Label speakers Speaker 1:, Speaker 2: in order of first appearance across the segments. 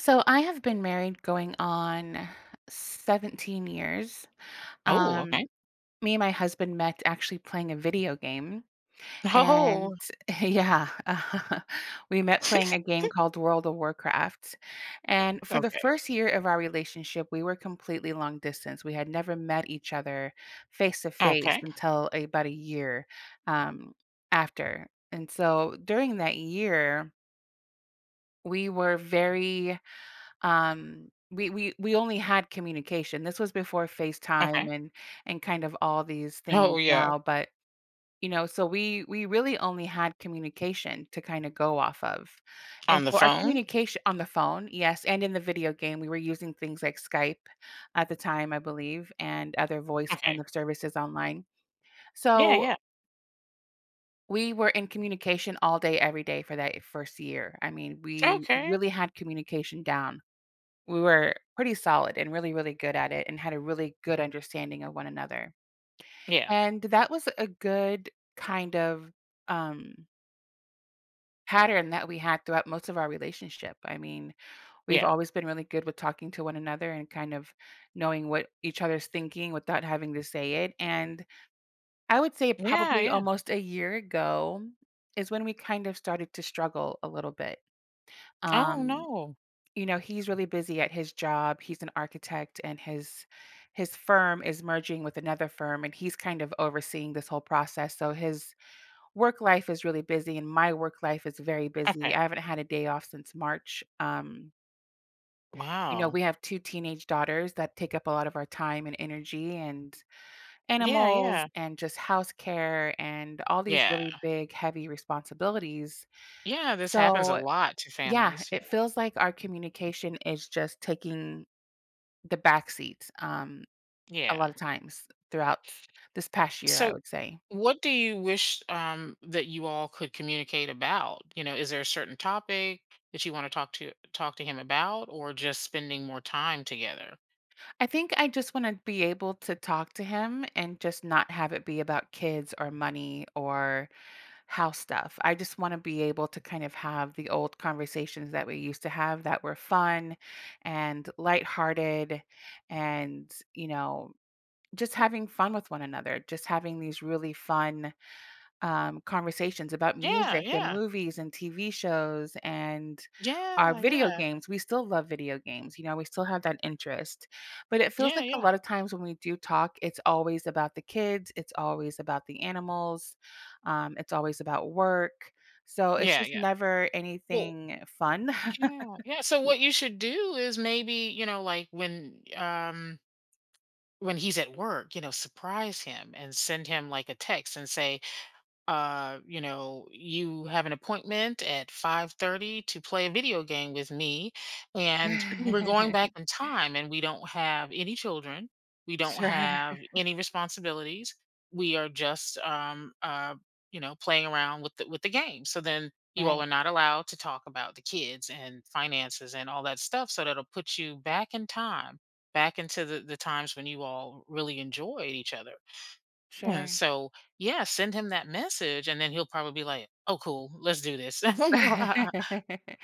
Speaker 1: So I have been married going on 17 years.
Speaker 2: Oh, okay.
Speaker 1: Um, Me and my husband met actually playing a video game.
Speaker 2: Oh.
Speaker 1: And yeah, we met playing a game called World of Warcraft. And for the
Speaker 2: Okay,
Speaker 1: first year of our relationship, we were completely long distance. We had never met each other face to face
Speaker 2: okay,
Speaker 1: until about a year um, after. And so during that year, we were very we only had communication. This was before
Speaker 2: okay.
Speaker 1: FaceTime and kind of all these
Speaker 2: Oh,
Speaker 1: things
Speaker 2: yeah.
Speaker 1: now, but, so we really only had communication to kinda go off of. And
Speaker 2: On the
Speaker 1: so our
Speaker 2: phone?
Speaker 1: communication on the phone, yes, and in the video game, we were using things like Skype at the time, I believe, and other voice kind
Speaker 2: Okay.
Speaker 1: of services online.
Speaker 2: Yeah,
Speaker 1: So,
Speaker 2: yeah.
Speaker 1: we were in communication all day, every day for that first year. I mean, we
Speaker 2: Okay.
Speaker 1: really had communication down. We were pretty solid and really, really good at it and had a really good understanding of one another.
Speaker 2: Yeah,
Speaker 1: And that was a good kind of, um, pattern that we had throughout most of our relationship. I mean, we've
Speaker 2: yeah.
Speaker 1: always been really good with talking to one another and kind of knowing what each other's thinking without having to say it. And I would say
Speaker 2: Yeah,
Speaker 1: probably
Speaker 2: yeah.
Speaker 1: almost a year ago is when we kind of started to struggle a little bit.
Speaker 2: Oh,
Speaker 1: Um
Speaker 2: no.
Speaker 1: you know, he's really busy at his job. He's an architect and his firm is merging with another firm and he's kind of overseeing this whole process. So his work life is really busy and my work life is very busy.
Speaker 2: Okay.
Speaker 1: I haven't had a day off since March. You know,
Speaker 2: Wow.
Speaker 1: we have two teenage daughters that take up a lot of our time and energy and
Speaker 2: Yeah,
Speaker 1: animals
Speaker 2: yeah.
Speaker 1: and just house care and all these
Speaker 2: Yeah.
Speaker 1: really big heavy responsibilities.
Speaker 2: Yeah, this happens a
Speaker 1: So,
Speaker 2: lot to
Speaker 1: yeah,
Speaker 2: families, yeah.
Speaker 1: it feels like our communication is just taking the back seat, a lot
Speaker 2: Yeah.
Speaker 1: of times throughout this past year, I
Speaker 2: So,
Speaker 1: would say.
Speaker 2: what do you wish, that you all could communicate about? You know, is there a certain topic that you wanna talk to him about or just spending more time together?
Speaker 1: I think I just wanna be able to talk to him and just not have it be about kids or money or house stuff. I just wanna be able to kind of have the old conversations that we used to have that were fun and lighthearted and, you know, just having fun with one another, just having these really fun conversations about
Speaker 2: Yeah,
Speaker 1: music and
Speaker 2: yeah.
Speaker 1: movies and TV shows and our
Speaker 2: Yeah,
Speaker 1: video
Speaker 2: yeah.
Speaker 1: games. We still love video games, you know, we still have that interest. But it feels
Speaker 2: Yeah,
Speaker 1: like a
Speaker 2: yeah.
Speaker 1: lot of times when we do talk, it's always about the kids, it's always about the animals, it's always about work. So it's
Speaker 2: Yeah,
Speaker 1: just
Speaker 2: yeah.
Speaker 1: never
Speaker 2: Well
Speaker 1: anything fun.
Speaker 2: yeah, yeah, so what you should do is maybe, you know, like, when when he's at work, you know, surprise him and send him, like, a text and say you know you have an appointment at 5:30 to play a video game with me and we're going back in time and we don't have any children, we don't
Speaker 1: Sure.
Speaker 2: have any responsibilities, we are just you know playing around with the game. So then you all
Speaker 1: Right.
Speaker 2: are not allowed to talk about the kids and finances and all that stuff, so that'll put you back in time, back into the times when you all really enjoyed each other, yeah.
Speaker 1: Sure.
Speaker 2: So yeah, send him that message, and then he'll probably be like, "Oh, cool, let's do this."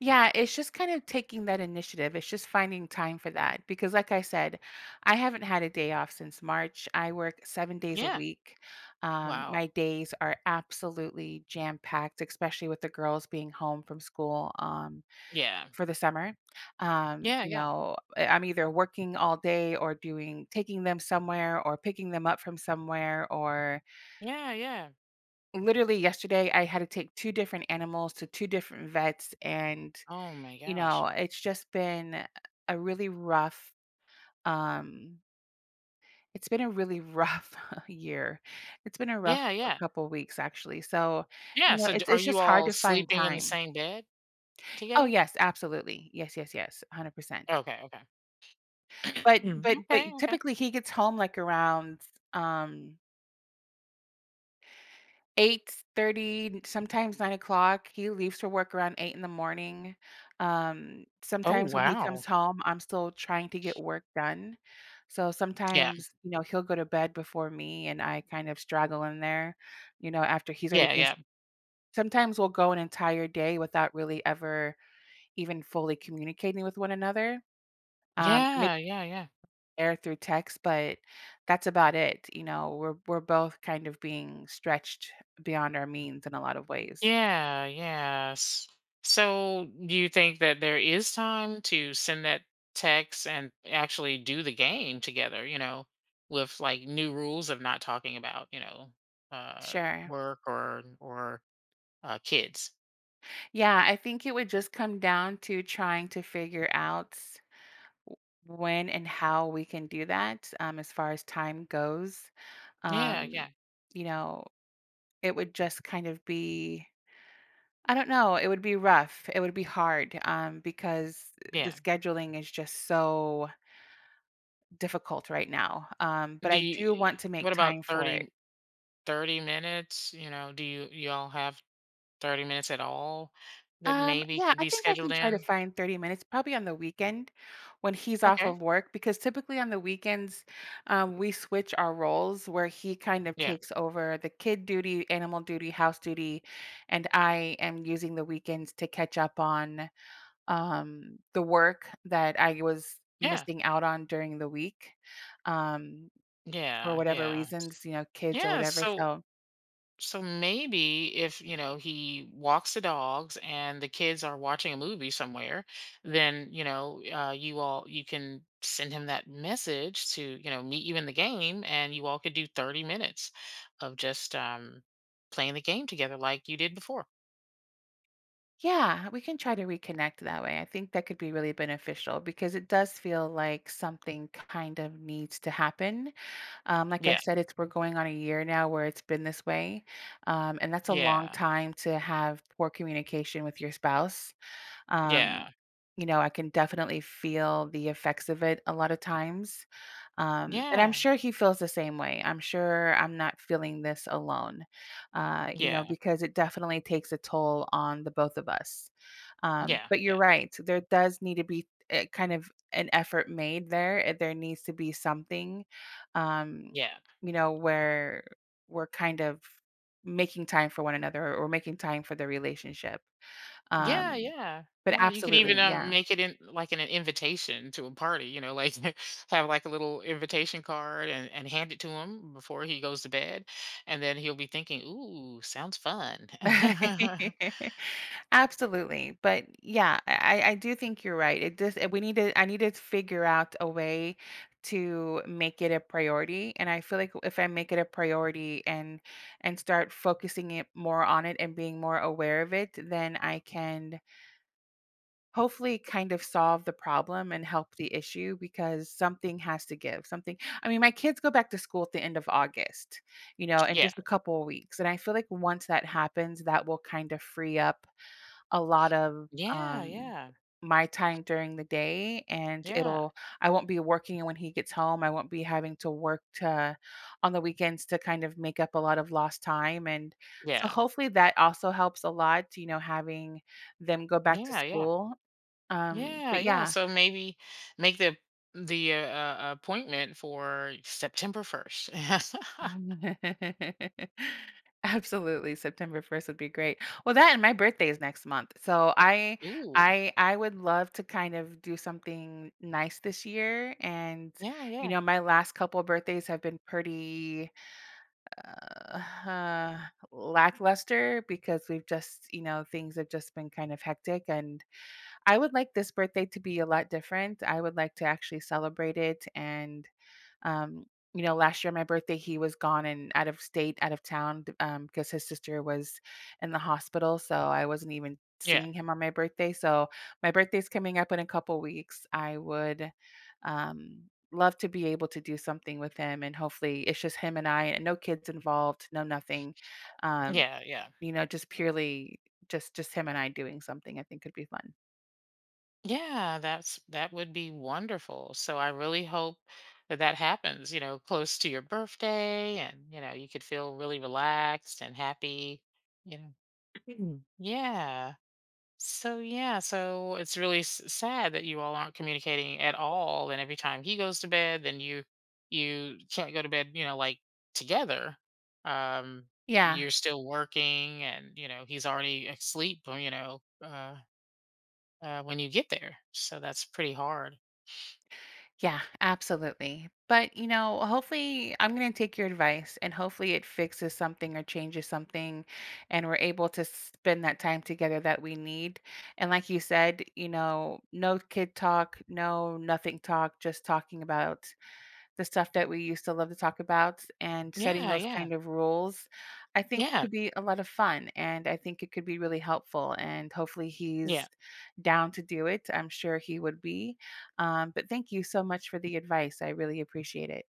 Speaker 1: Yeah, it's just kind of taking that initiative. It's just finding time for that because, like I said, I haven't had a day off since March. I work 7 days a
Speaker 2: Yeah.
Speaker 1: week.
Speaker 2: Wow.
Speaker 1: My days are absolutely jam packed, especially with the girls being home from school
Speaker 2: Yeah.
Speaker 1: for the summer.
Speaker 2: Yeah.
Speaker 1: You
Speaker 2: Yeah.
Speaker 1: know, I'm either working all day or doing taking them somewhere or picking them up from somewhere or
Speaker 2: Yeah. Yeah.
Speaker 1: literally yesterday I had to take two different animals to two different vets and
Speaker 2: Oh my
Speaker 1: you know,
Speaker 2: gosh.
Speaker 1: it's just been a really um it's been a really rough year. It's been a rough
Speaker 2: Yeah. Yeah.
Speaker 1: couple weeks actually. So, you
Speaker 2: Yeah.
Speaker 1: know,
Speaker 2: So, d-
Speaker 1: it's
Speaker 2: are
Speaker 1: it's
Speaker 2: you
Speaker 1: just hard
Speaker 2: all
Speaker 1: to find
Speaker 2: sleeping in the
Speaker 1: time.
Speaker 2: same bed
Speaker 1: Oh
Speaker 2: together?
Speaker 1: yes, absolutely. Yes, yes, yes, 100%.
Speaker 2: Okay. Okay.
Speaker 1: But
Speaker 2: Mm,
Speaker 1: but but
Speaker 2: okay. Okay.
Speaker 1: typically he gets home like around um 8:30, sometimes 9 o'clock. He leaves for work around 8 in the morning.
Speaker 2: Oh
Speaker 1: Sometimes when he comes
Speaker 2: wow.
Speaker 1: home, I'm still trying to get work done. So
Speaker 2: Yeah.
Speaker 1: sometimes, you know, he'll go to bed before me and I kind of straggle in there, you know, after he's already
Speaker 2: Yeah.
Speaker 1: been
Speaker 2: Yeah.
Speaker 1: sometimes we'll go an entire day without really ever even fully communicating with one another. Maybe
Speaker 2: Yeah. Yeah. Yeah.
Speaker 1: there through text, but that's about it. You know, we're both kind of being stretched beyond our means in a lot of ways.
Speaker 2: Yeah, yes. So, do you think that there is time to send that text and actually do the game together, you know, with like new rules of not talking about, you know, uh
Speaker 1: Sure.
Speaker 2: work or kids?
Speaker 1: Yeah, I think it would just come down to trying to figure out w- when and how we can do that as far as time goes.
Speaker 2: Yeah,
Speaker 1: Um,
Speaker 2: yeah.
Speaker 1: you know, it would just kind of I don't know, it would be rough. It would be hard because the
Speaker 2: Yeah.
Speaker 1: scheduling is just so difficult right now. But
Speaker 2: Do
Speaker 1: I do
Speaker 2: you,
Speaker 1: want to make
Speaker 2: what
Speaker 1: time
Speaker 2: about
Speaker 1: for it.
Speaker 2: thirty minutes, you know, do you y'all have 30 minutes at all that maybe
Speaker 1: Yeah,
Speaker 2: could
Speaker 1: I
Speaker 2: be
Speaker 1: think I
Speaker 2: scheduled
Speaker 1: can try to
Speaker 2: in?
Speaker 1: find 30 minutes, probably on the weekend when he's off
Speaker 2: Okay.
Speaker 1: of work, because typically on the weekends, we switch our roles where he kind of
Speaker 2: Yeah.
Speaker 1: takes over the kid duty, animal duty, house duty, and I am using the weekends to catch up on the work that I was
Speaker 2: Yeah.
Speaker 1: missing out on during the week, um, for
Speaker 2: Yeah,
Speaker 1: whatever
Speaker 2: yeah.
Speaker 1: reasons, you know, kids or
Speaker 2: Yeah,
Speaker 1: whatever.
Speaker 2: so
Speaker 1: So
Speaker 2: so maybe if, you know, he walks the dogs and the kids are watching a movie somewhere, then, you know, you can send him that message to, you know, meet you in the game and you all could do 30 minutes of just playing the game together like you did before.
Speaker 1: yeah, we can try to reconnect that way. I think that could be really beneficial because it does feel like something kind of needs to happen. Like I
Speaker 2: Yeah.
Speaker 1: said, it's we're going on a year now where it's been this way, and that's a long
Speaker 2: Yeah.
Speaker 1: time to have poor communication with your spouse. Um,
Speaker 2: Yeah.
Speaker 1: you know, I can definitely feel the effects of it a lot of times. And I'm
Speaker 2: Yeah.
Speaker 1: sure he feels the same way. I'm sure I'm not feeling this alone, you know,
Speaker 2: Yeah.
Speaker 1: because it definitely takes a toll on the both of us.
Speaker 2: Yeah.
Speaker 1: But
Speaker 2: Yeah.
Speaker 1: you're
Speaker 2: Yeah.
Speaker 1: right. There does need to be kind of an effort made there. There needs to be something, um,
Speaker 2: Yeah.
Speaker 1: you know, where we're kind of making time for one another or making time for the relationship.
Speaker 2: Yeah,
Speaker 1: Um,
Speaker 2: yeah.
Speaker 1: but
Speaker 2: Yeah, you could even
Speaker 1: absolutely, yeah.
Speaker 2: make it in like in an invitation to a party, you know, like have like a little invitation card and hand it to him before he goes to bed. And then he'll be thinking, ooh, sounds fun.
Speaker 1: Absolutely, but yeah, I do think you're right. It just we need to I need to figure out a way to make it a priority, and I feel like if I make it a priority and start focusing it more on it and being more aware of it, then I can hopefully kind of solve the problem and help the issue because something has to give something. I mean, my kids go back to school at the end of August, you know, in
Speaker 2: Yeah.
Speaker 1: just a couple of weeks, and I feel like once that happens that will kind of free up a lot of,
Speaker 2: Yeah,
Speaker 1: um,
Speaker 2: yeah.
Speaker 1: my time during the day, and
Speaker 2: Yeah.
Speaker 1: it'll I won't be working when he gets home. I won't be having to work to on the weekends to kind of make up a lot of lost time, and so
Speaker 2: Yeah.
Speaker 1: hopefully that also helps a lot, you know, having them go back to
Speaker 2: Yeah, yeah.
Speaker 1: school.
Speaker 2: Yeah,
Speaker 1: But
Speaker 2: yeah.
Speaker 1: yeah.
Speaker 2: So maybe make the appointment for September 1st.
Speaker 1: Absolutely, September 1st would be great. Well, that and my birthday is next month. So I
Speaker 2: Ooh.
Speaker 1: I I would love to kind of do something nice this year, and
Speaker 2: Yeah,
Speaker 1: you
Speaker 2: yeah.
Speaker 1: know, my last couple birthdays have been pretty uh, lackluster because we've just, you know, things have just been kind of hectic, and I would like this birthday to be a lot different. I would like to actually celebrate it and um, you know, last year on my birthday, he was gone and out of state, out of town, because his sister was in the hospital. So I wasn't even
Speaker 2: Yeah.
Speaker 1: seeing him on my birthday. So my birthday's coming up in a couple weeks. I would love to be able to do something with him, and hopefully it's just him and I and no kids involved, no nothing. Um,
Speaker 2: Yeah, yeah.
Speaker 1: you know, just purely just him and I doing something I think could be fun.
Speaker 2: Yeah, that's that would be wonderful. So I really hope that that happens, you know, close to your birthday and you know, you could feel really relaxed and happy, you know. Mhm. Yeah. So yeah, so it's really s- sad that you all aren't communicating at all, and every time he goes to bed then you can't go to bed, you know, like together. Um,
Speaker 1: Yeah,
Speaker 2: you're still working and you know, he's already asleep, you know, when you get there. So that's pretty hard.
Speaker 1: yeah, absolutely. But, you know, hopefully I'm going to take your advice and hopefully it fixes something or changes something, and we're able to spend that time together that we need. And like you said, you know, no kid talk, no nothing talk, just talking about the stuff that we used to love to talk about and setting
Speaker 2: Yeah,
Speaker 1: those
Speaker 2: yeah,
Speaker 1: kind of rules, I think
Speaker 2: yeah,
Speaker 1: could be a lot of fun, and I think it could be really helpful, and hopefully
Speaker 2: yeah.
Speaker 1: he's down to do it. I'm sure he would be. But thank you so much for the advice. I really appreciate it.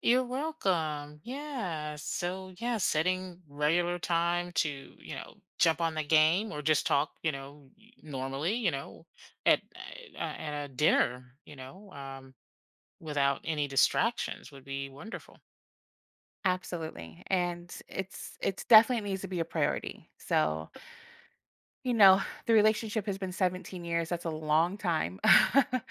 Speaker 2: You're welcome. Yeah. So, yeah, setting regular time to, you know, jump on the game or just talk, you know, y- normally, you know, at at a dinner, you know, without any distractions would be wonderful.
Speaker 1: Absolutely. And it's definitely needs to be a priority. So you know, the relationship has been 17 years. That's a long time.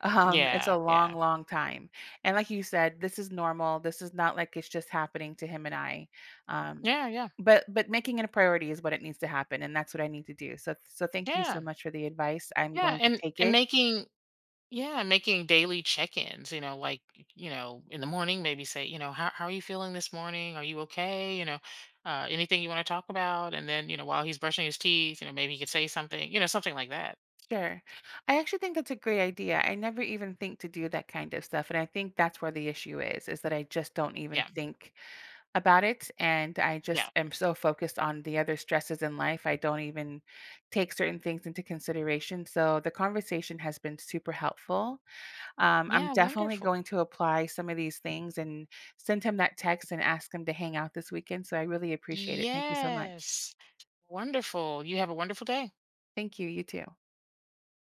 Speaker 1: It's
Speaker 2: Yeah,
Speaker 1: a long,
Speaker 2: yeah,
Speaker 1: long time. And like you said, this is normal. This is not like it's just happening to him and I. Um,
Speaker 2: yeah, yeah,
Speaker 1: but making it a priority is what it needs to happen, and that's what I need to do. So thank you so
Speaker 2: yeah,
Speaker 1: much for the advice. I'm
Speaker 2: yeah.
Speaker 1: going to take
Speaker 2: And
Speaker 1: it.
Speaker 2: making Yeah, making daily check-ins, you know, like, you know, in the morning, maybe say, you know, how are you feeling this morning? Are you okay? You know, anything you want to talk about? And then, you know, while he's brushing his teeth, you know, maybe he could say something, you know, something like that.
Speaker 1: Sure. I actually think that's a great idea. I never even think to do that kind of stuff. And I think that's where the issue is that I just don't even
Speaker 2: Yeah.
Speaker 1: think about it, and I
Speaker 2: Yeah.
Speaker 1: just am so focused on the other stresses in life. I don't even take certain things into consideration. So the conversation has been super helpful. I'm
Speaker 2: Yeah.
Speaker 1: definitely
Speaker 2: Wonderful.
Speaker 1: going to apply some of these things and send him that text and ask him to hang out this weekend. So I really appreciate it. Thank you so much.
Speaker 2: Yes. Wonderful. You have a wonderful day.
Speaker 1: Thank you. You too.